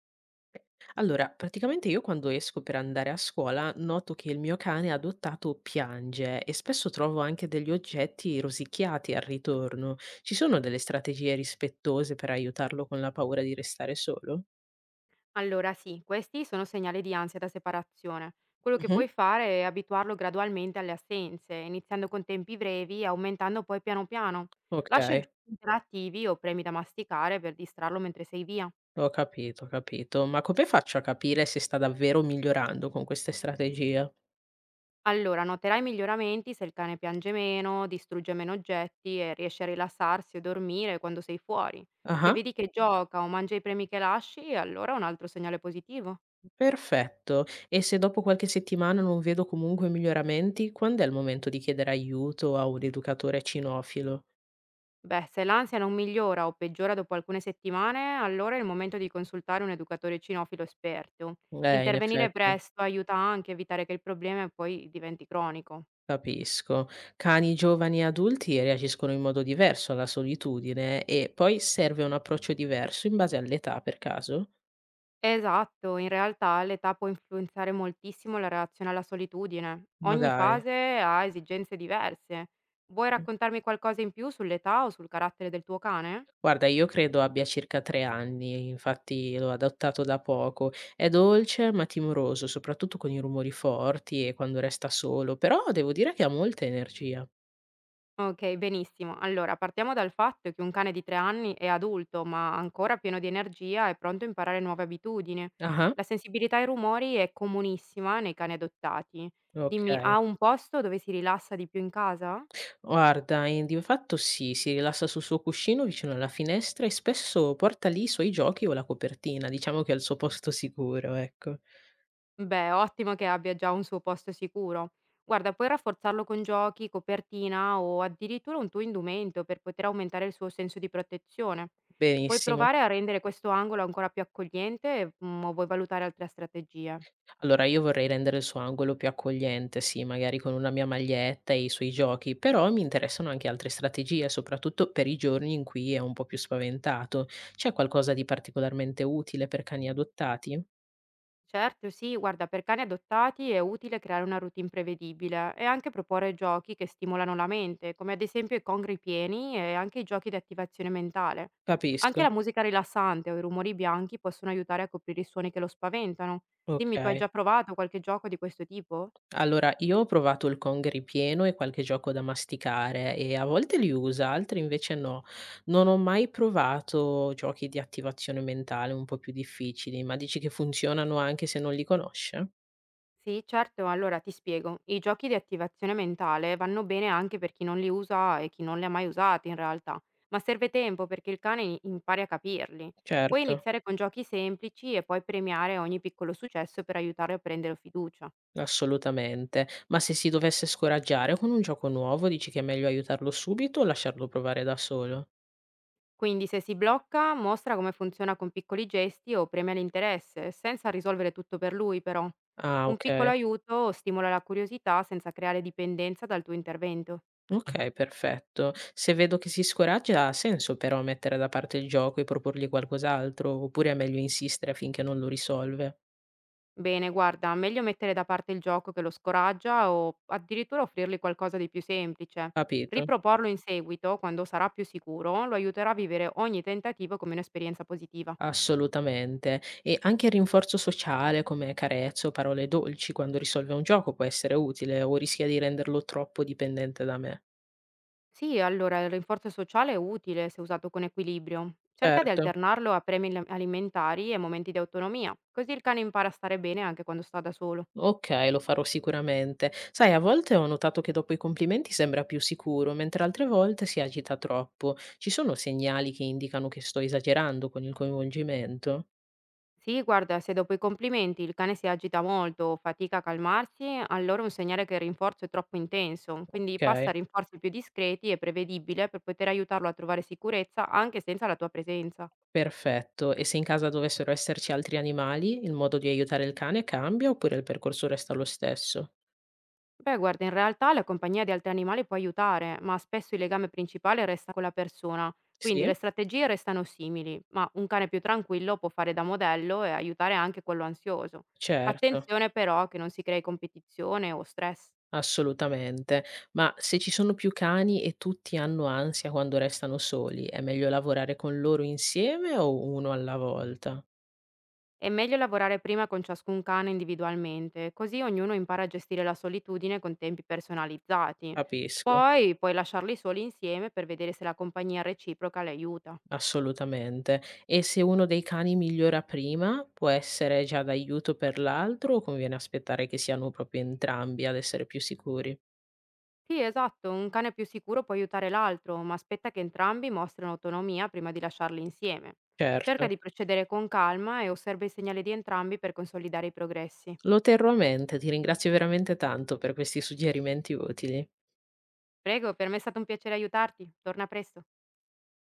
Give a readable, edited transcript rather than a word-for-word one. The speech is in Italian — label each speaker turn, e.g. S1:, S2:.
S1: Allora, praticamente io quando esco per andare a scuola noto che il mio cane adottato piange e spesso trovo anche degli oggetti rosicchiati al ritorno. Ci sono delle strategie rispettose per aiutarlo con la paura di restare solo?
S2: Allora sì, questi sono segnali di ansia da separazione. Quello che
S1: Mhm.
S2: puoi fare è abituarlo gradualmente alle assenze, iniziando con tempi brevi e aumentando poi piano piano.
S1: Ok,
S2: Lascia giochi interattivi o premi da masticare per distrarlo mentre sei via.
S1: ho capito. Ma come faccio a capire se sta davvero migliorando con queste strategie?
S2: Allora noterai miglioramenti se il cane piange meno, distrugge meno oggetti e riesce a rilassarsi o dormire quando sei fuori. Se
S1: Ah,
S2: vedi che gioca o mangia i premi che lasci, allora è un altro segnale positivo.
S1: perfetto. E se dopo qualche settimana non vedo comunque miglioramenti, quando è il momento di chiedere aiuto a un educatore cinofilo?
S2: Beh, se l'ansia non migliora o peggiora dopo alcune settimane, allora è il momento di consultare un educatore cinofilo esperto.
S1: In
S2: Intervenire
S1: effetti,
S2: presto aiuta anche a evitare che il problema poi diventi cronico.
S1: capisco. Cani giovani e adulti reagiscono in modo diverso alla solitudine e poi serve un approccio diverso in base all'età, per caso?
S2: Esatto, in realtà l'età può influenzare moltissimo la reazione alla solitudine.
S1: Ma
S2: Ogni
S1: dai.
S2: fase ha esigenze diverse. Vuoi
S1: Mh.
S2: raccontarmi qualcosa in più sull'età o sul carattere del tuo cane?
S1: Guarda, io credo abbia circa 3 anni, infatti l'ho adottato da poco. È dolce ma timoroso, soprattutto con i rumori forti e quando resta solo, però devo dire che ha molta energia.
S2: Okay, benissimo. Allora, partiamo dal fatto che un cane di 3 anni è adulto, ma ancora pieno di energia e pronto a imparare nuove abitudini.
S1: Ah-ah,
S2: La sensibilità ai rumori è comunissima nei cani adottati. Dimmi,
S1: okay.
S2: ha un posto dove si rilassa di più in casa?
S1: Guarda, di fatto sì, si rilassa sul suo cuscino vicino alla finestra e spesso porta lì i suoi giochi o la copertina, diciamo che è al suo posto sicuro, ecco.
S2: Beh, ottimo che abbia già un suo posto sicuro. Guarda, puoi rafforzarlo con giochi, copertina o addirittura un tuo indumento per poter aumentare il suo senso di protezione. Vuoi
S1: Benissimo.
S2: provare a rendere questo angolo ancora più accogliente, o vuoi valutare altre strategie?
S1: Allora io vorrei rendere il suo angolo più accogliente, sì, magari con una mia maglietta e i suoi giochi, però mi interessano anche altre strategie, soprattutto per i giorni in cui è un po' più spaventato. C'è qualcosa di particolarmente utile per cani adottati?
S2: Certo, sì, guarda, per cani adottati è utile creare una routine prevedibile e anche proporre giochi che stimolano la mente, come ad esempio i congri pieni e anche i giochi di attivazione mentale.
S1: Capisco,
S2: Anche la musica rilassante o i rumori bianchi possono aiutare a coprire i suoni che lo spaventano. Dimmi, tu hai
S1: ok.
S2: già provato qualche gioco di questo tipo?
S1: Allora, io ho provato il Kong ripieno e qualche gioco da masticare e a volte li usa, altri invece no. Non ho mai provato giochi di attivazione mentale un po' più difficili, ma dici che funzionano anche se non li conosce?
S2: Sì, certo, allora ti spiego. I giochi di attivazione mentale vanno bene anche per chi non li usa e chi non li ha mai usati in realtà, ma serve tempo perché il cane impari a capirli. Puoi
S1: Certo,
S2: iniziare con giochi semplici e poi premiare ogni piccolo successo per aiutare a prendere fiducia.
S1: assolutamente. Ma se si dovesse scoraggiare con un gioco nuovo, dici che è meglio aiutarlo subito o lasciarlo provare da solo?
S2: Quindi se si blocca, mostra come funziona con piccoli gesti o premia l'interesse, senza risolvere tutto per lui però.
S1: Ah,
S2: Un piccolo
S1: ok.
S2: aiuto stimola la curiosità senza creare dipendenza dal tuo intervento.
S1: Okay, perfetto. Se vedo che si scoraggia, ha senso però mettere da parte il gioco e proporgli qualcos'altro, oppure è meglio insistere finché non lo risolve?
S2: Bene, guarda, meglio mettere da parte il gioco che lo scoraggia o addirittura offrirgli qualcosa di più semplice.
S1: Capito?
S2: Riproporlo in seguito, quando sarà più sicuro, lo aiuterà a vivere ogni tentativo come un'esperienza positiva.
S1: Assolutamente. E anche il rinforzo sociale come carezze o parole dolci quando risolve un gioco può essere utile o rischia di renderlo troppo dipendente da me.
S2: Sì, allora il rinforzo sociale è utile se usato con equilibrio. Cerca di
S1: Certo.
S2: alternarlo a premi alimentari e momenti di autonomia, così il cane impara a stare bene anche quando sta da solo.
S1: Okay, lo farò sicuramente. Sai, a volte ho notato che dopo i complimenti sembra più sicuro, mentre altre volte si agita troppo. Ci sono segnali che indicano che sto esagerando con il coinvolgimento?
S2: Sì, guarda, se dopo i complimenti il cane si agita molto o fatica a calmarsi, allora è un segnale che il rinforzo è troppo intenso, quindi passa
S1: Okay,
S2: a rinforzi più discreti e prevedibile per poter aiutarlo a trovare sicurezza anche senza la tua presenza.
S1: perfetto. E se in casa dovessero esserci altri animali, il modo di aiutare il cane cambia oppure il percorso resta lo stesso?
S2: Beh, guarda, in realtà la compagnia di altri animali può aiutare, ma spesso il legame principale resta con la persona, quindi
S1: Sì?
S2: le strategie restano simili, ma un cane più tranquillo può fare da modello e aiutare anche quello ansioso.
S1: Certo,
S2: Attenzione però che non si crei competizione o stress.
S1: assolutamente. Ma se ci sono più cani e tutti hanno ansia quando restano soli, è meglio lavorare con loro insieme o uno alla volta?
S2: È meglio lavorare prima con ciascun cane individualmente, così ognuno impara a gestire la solitudine con tempi personalizzati.
S1: Capisco,
S2: Poi puoi lasciarli soli insieme per vedere se la compagnia reciproca le aiuta.
S1: assolutamente. E se uno dei cani migliora prima, può essere già d'aiuto per l'altro o conviene aspettare che siano proprio entrambi ad essere più sicuri?
S2: Sì, esatto, un cane più sicuro può aiutare l'altro, ma aspetta che entrambi mostrino autonomia prima di lasciarli insieme.
S1: Certo.
S2: Cerca di procedere con calma e osserva i segnali di entrambi per consolidare i progressi.
S1: Lo terrò a mente, ti ringrazio veramente tanto per questi suggerimenti utili.
S2: Prego, per me è stato un piacere aiutarti. Torna presto.